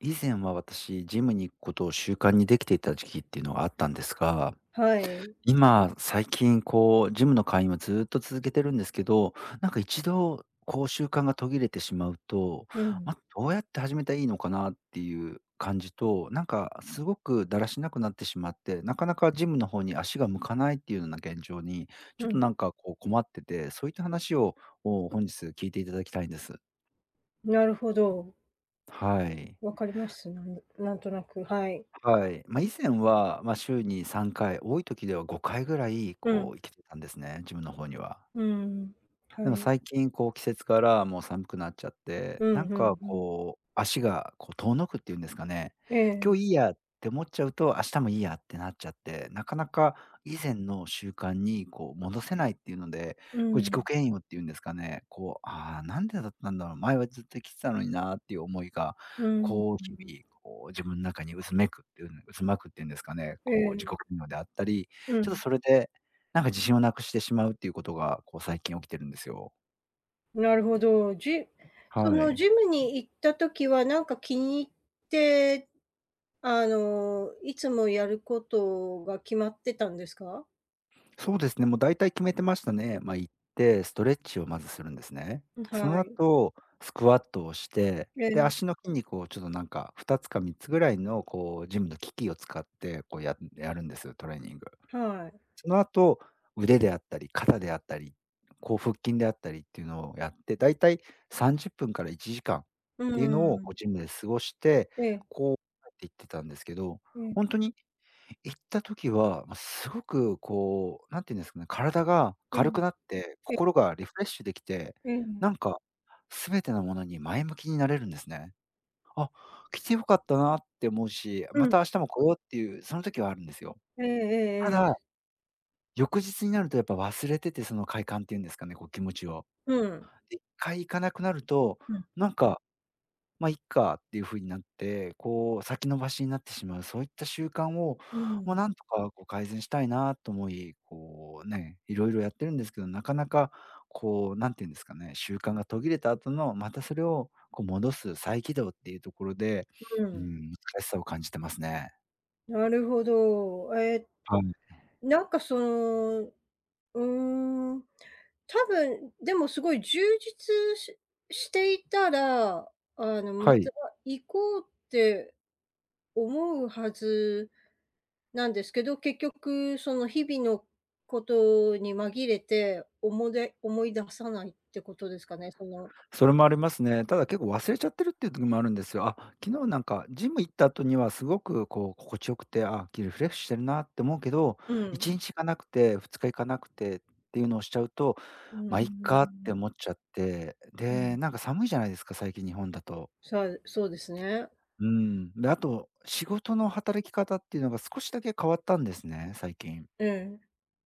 以前は私、ジムに行くことを習慣にできていた時期っていうのがあったんですが、はい。今、最近、ジムの会員をずっと続けてるんですけど、一度、習慣が途切れてしまうと、うん、どうやって始めたらいいのかなっていう感じと、すごくだらしなくなってしまって、なかなかジムの方に足が向かないっていうような現状に、ちうょっとん。困ってて、そういった話を、本日聞いていただきたいんです。なるほど。はい。わかります。なんとなく、はい。はい。以前は、週に3回、多い時では5回ぐらいうん、行けてたんですね、ジムの方には。うん、はでもい。最近季節からもう寒くなっちゃって、うん、うん、うん。足が遠のくっていうんですかね。え今え、日いいやって思っちゃうと、明日もいいやってなっちゃって、なかなか以前の習慣に戻せないっていうので、う自己ん、嫌悪っていうんですかね、ああ、なんでだったんだろう、前はずっと来てたのになっていう思いが、うん、こう日々、自分の中に渦巻くっていうんですかね、え自己え、嫌悪であったり、うちょっん。とそれで、自信をなくしてしまうっていうことが、最近起きてるんですよ。なるほど。ジそはのい。ジムに行った時は、なんか気に入って、あの、いつもやることが決まってたんですか？そうですね、もう大体決めてましたね。行って、ストレッチをまずするんですね。そはのい。後、スクワットをして、えで、え、足の筋肉をちょっと2つか3つぐらいのジムの機器を使って、やるんですよ、トレーニング。はい。その後、腕であったり、肩であったり、腹筋であったりっていうのをやって、大体30分から1時間っうていうのをん。ジムで過ごして、ええ、こう帰っていってたんですけど、ええ、本当に行った時は、すごく何て言うんですかね、体がう軽ん。くなって、ええ、心がリフレッシュできて、ええ、なんか全てのものに前向きになれるんですね。あ、来てよかったなって思うし、うまん。た明日も来ようっていう、その時はあるんですよ。ええたえええだ、え。翌日になるとやっぱ忘れてて、その快感っていうんですかね、気持ちを。うん。で、回行かなくなると、うん、なんかいっかっていう風になって、先延ばしになってしまう、そういった習慣を、うん。なんとか改善したいなと思い、いろいろやってるんですけど、なかなかなんていうんですかね、習慣が途切れた後の、またそれを戻す再起動っていうところで、ううん。ん、難しさを感じてますね。なるほど。はい。なんかその、ーん、多分、でもすごい充実していたら、あの、まはい。た行こうって思うはずなんですけど、結局その日々のことに紛れて、思い出さないってことですかね、その。それもありますね。ただ結構忘れちゃってるっていう時もあるんですよ。あ、昨日ジム行った後にはすごく心地よくて、あ、リフレッシュしてるなって思うけど、うん。1日行かなくて、2日行かなくてっていうのをしちゃうと、ううあいっかっん。て思っちゃって、うで、ん。寒いじゃないですか、最近日本だと。そうそうですね。うん。で、あと仕事の働き方っていうのが少しだけ変わったんですね、最近。え。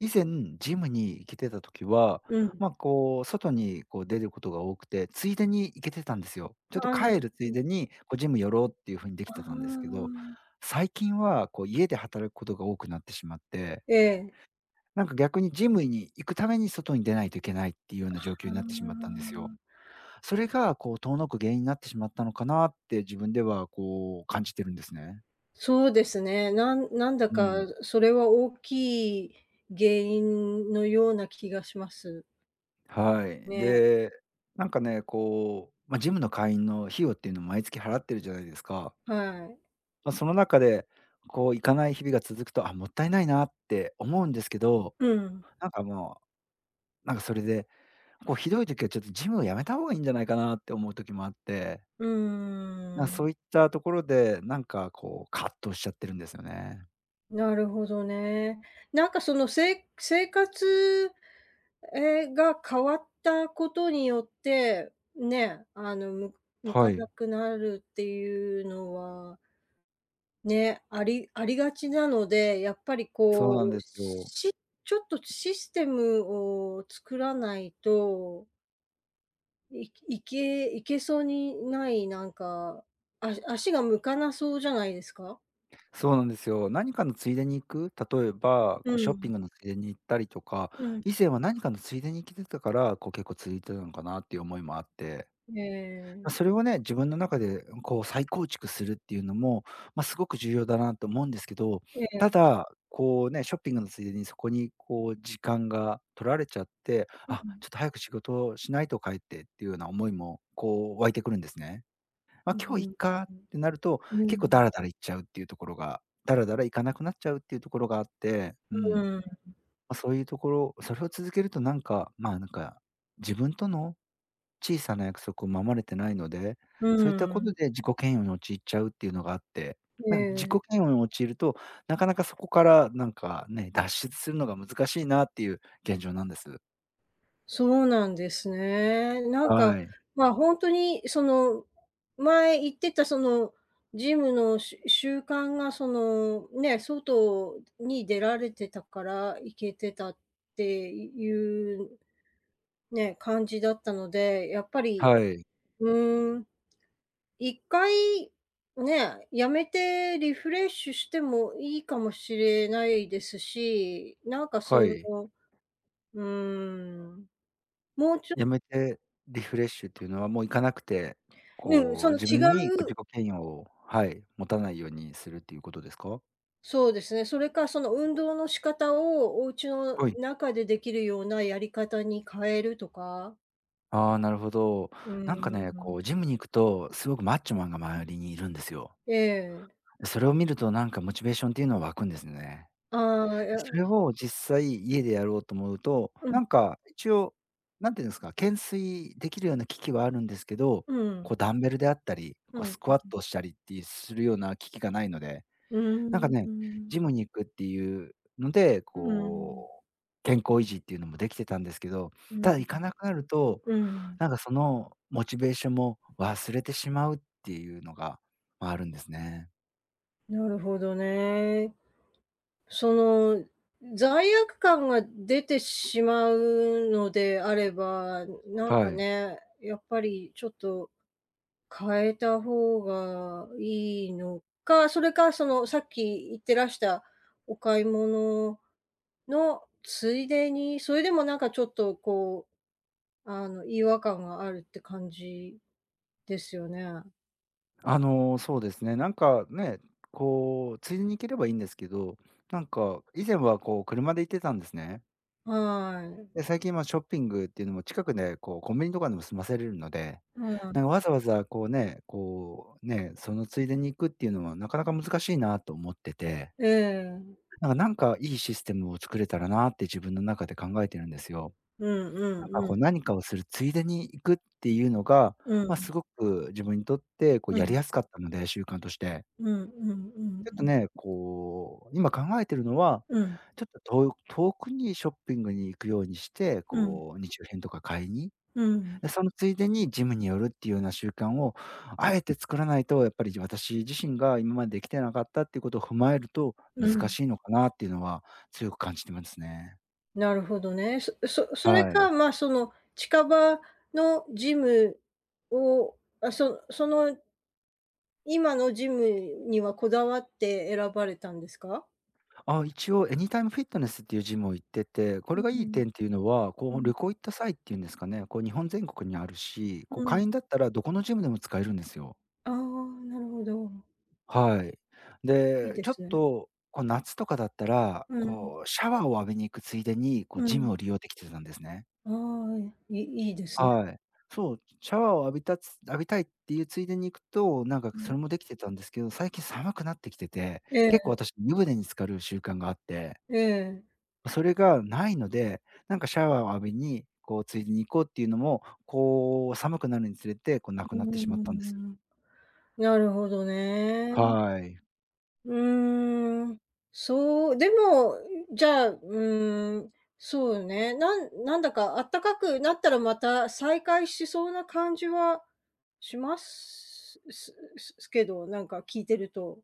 以前、ジムに行けてた時は、うん。外に出ることが多くて、ついでに行けてたんですよ。ちょっとああ、な帰るるつほいど。でに、ジム寄ろうっていう風にできてあたんですけど、あ。最近は家で働くことが多くなってしまって、ええ。逆にジムに行くために外に出ないといけないっていうような状況ああ、になってしまったんですよ。それが遠のく原因になってしまったのかなって自分では感じてるんですね。そうですね。なんなんだうん。かそれは大きい原因のような気がしますはい。ね。で、ジムの会員の費用っていうのを毎月払ってるじゃないですか。はい。その中で、行かない日々が続くと、あ、もったいないなって思うんですけど、うん。なんかもう、なんかそれで、ひどい時はちょっとジムをやめた方がいいんじゃないかなって思う時もあって、うーそん。ういったところで、葛藤しちゃってるんですよね。なるほどね。なんかその生活、え、が変わったことによって、ね、あの、む向かはい、なくなるっていうのはね、ありがちなので、やっぱりそうこなんう、ですよ。ちょっとシステムを作らないと、いけそうにない、なんか、足が向かなそうじゃないですか？そうなんですよ。何かのついでに行く、例えば、うショッピん、ングのついでに行ったりとか、うん。以前は何かのついでに来てたから、結構続いてたのかなっていう思いもあって、ええ、それをね、自分の中で再構築するっていうのも、すごく重要だなと思うんですけど、えたえ、だ、ショッピングのついでにそこに時間が取られちゃって、うん。あ、ちょっと早く仕事をしないと帰ってっていうような思いも湧いてくるんですね。う今日んいっかっうんてなると、うんうん。う結構ダん。ラダラ行っちゃうっていうところがダラダラ行かなくなっちゃうっていうところがあって、ううん。ん。そういうところそれを続けると自分との小さな約束を守れてないので、うそういったことんで自己嫌悪に陥っちゃうっていうのがあって、え自己え。嫌悪に陥ると、なかなかそこから脱出するのが難しいなっていう現状なんです。そうなんですね。なんはか、い。まあ、本当にその、前行ってたそのジムの習慣がその、ね、外に出られてたから行けてたっていうね、感じだったので、やっぱり、はい。うーん、1回ね、やめてリフレッシュしてもいいかもしれないですし、なんかはそい。の、うーん、もうちょっと。やめてリフレッシュっていうのは、もう行かなくて、うん、その自分に自う己嫌悪を、はい、持たないようにするっていうことですか？そうですね。それか、その運動の仕方をお家のはい。中でできるようなやり方に変えるとか。ああ、なるほど。うーん。ジムに行くと、すごくマッチョマンが周りにいるんですよ。ええ。それを見るとモチベーションっていうのは湧くんですね。ああ、いや、それを実際家でやろうと思うと、うん、一応、なんていうんですか、懸垂できるような機器はあるんですけど、うん、ダンベルであったり、うスん。クワットをしたりっていうするような機器がないのでうーなんかん、うね、ん、ジムに行くっていうので、うう、健康維持っていうのもできてたんですけど、ただ行ん、かなくなると、うん。そのモチベーションも忘れてしまうっていうのが、あるんですね。なるほどね。その、罪悪感が出てしまうのであれば、なんはかい。ね、やっぱりちょっと変えた方がいいのか、それか、その、さっき言ってらしたお買い物のついでに、それでもなんかちょっとこう、あの、違和感があるって感じですよね。そうですね、ついでに行ければいいんですけど、以前は車で行ってたんですね。はい。で、最近はショッピングっていうのも近くでコンビニとかでも済ませれるので、うん。わざわざそのついでに行くっていうのはなかなか難しいなと思ってて、ええ。いいシステムを作れたらなって自分の中で考えてるんですよ。うんうんうん。何かをするついでに行くっていうのが、うすん。ごく自分にとってうやりん。やすかったので、習慣として。うんうんうんうちょっとん。ね、今考えてるのは、うん。ちょっと遠くにショッピングに行くようにして、うん。こう日用品とか買いに。うん。で、そのついでにジムに寄るっていうような習慣を、あえて作らないと、やっぱり私自身が今までできてなかったっていうことを踏まえると、う難ん。しいのかなっていうのは強く感じてますね。なるほどね。そそそれはい。か、まあ、その近場のジムを、あ、その今のジムにはこだわって選ばれたんですか？あ、一応エニタイムフィットネスっていうジムを行ってて、こうれがいいん、点っていうのは、こううん。旅行行った際っていうんですかね、こう日本全国にあるし、こううん。会員だったらどこのジムでも使えるんですよ。ああ、なるほど。はい。いいで、でちょっすね。と、こう夏とかだったら、うん、こうシャワーを浴びに行くついでに、こううジん。ムを利用できてたんですね。ああ、いいですね。はい。そう、シャワーを浴びたいっていうついでに行くと、なんかうん。それもできてたんですけど、最近寒くなってきてて、え結構え私湯船に浸かる習慣があって、ええ。それがないので、なんかシャワーを浴びに、こうついでに行こうっていうのも、こう寒くなるにつれて、こうなうくーなってしまったんです。ん。なるほどね。はい。うーん、そう、でも、じゃあ、うーん、そうね、なんだかあったかくなったらまた再開しそうな感じはしますけど、なんか聞いてると。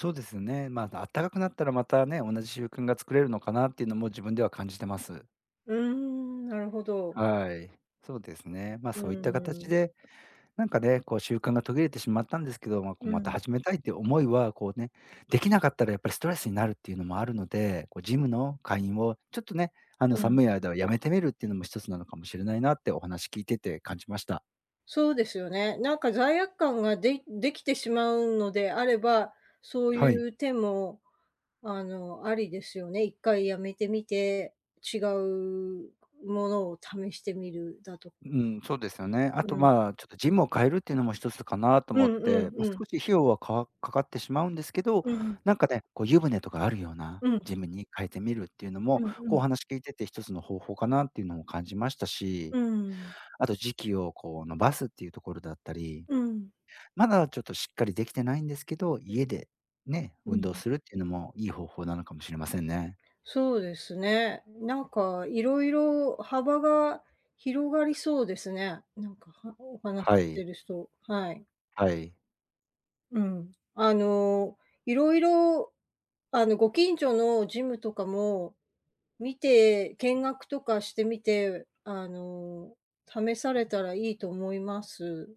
そうですよね。ま、あ暖かくなったらまたね、同じ習慣が作れるのかなっていうのも自分では感じてます。うーん、なるほど。はい。そうですね。まあ、うそういったー形ん、でなんかね、こう習慣が途切れてしまったんですけど、まあ、こううまたん、始めたいって思いは、こうね、できなかったらやっぱりストレスになるっていうのもあるので、こうジムの会員をちょっとね、あのうん。寒い間はやめてみるっていうのも一つなのかもしれないなってお話聞いてて感じました。そうですよね。なんか罪悪感ができてしまうのであれば、そうはいい。う手もあの、ありですよね。一回やめてみて、違うものを試してみるだと。うん、そうですよね。あと、うん。まあ、ちょっとジムを変えるっていうのも一つかなとう思っんうて、んまあ、うん。少し費用はかかってしまうんですけど、うん。なんかね、こう湯船とかあるようなうんジムに変えてみるっていうのうも、んうこうおん。話聞いてて一つの方法かなっていうのも感じましたし、うん。あと時期をこう伸ばすっていうところだったり、うん。まだちょっとしっかりできてないんですけど、家でね、う運ん。動するっていうのもいい方法なのかもしれませんね。そうですね。なんかいろいろ幅が広がりそうですね。なんかはお話しはしい。てる人。はい。はい。うん。あの、いろいろあの、ご近所のジムとかも見て、見学とかしてみて、あの、試されたらいいと思います。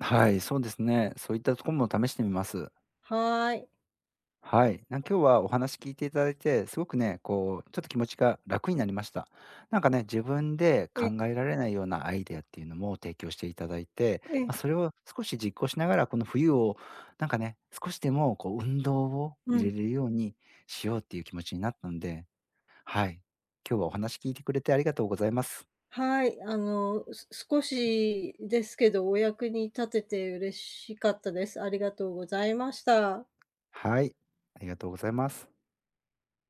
はい、そうですね。そういったところも試してみます。はい。はい。なんか今日はお話聞いていただいて、すごくね、こう、ちょっと気持ちが楽になりました。なんかね、自分でえ、考えられないようなアイデアっていうのも提供していただいて、えまあ、え、それを少し実行しながら、この冬をなんかね、少しでもこう運動をう入れん。れるようにしようっていう気持ちになったので、はい。今日はお話聞いてくれてありがとうございます。はい、あの、少しですけど、お役に立てて嬉しかったです。ありがとうございました。はい、ありがとうございます。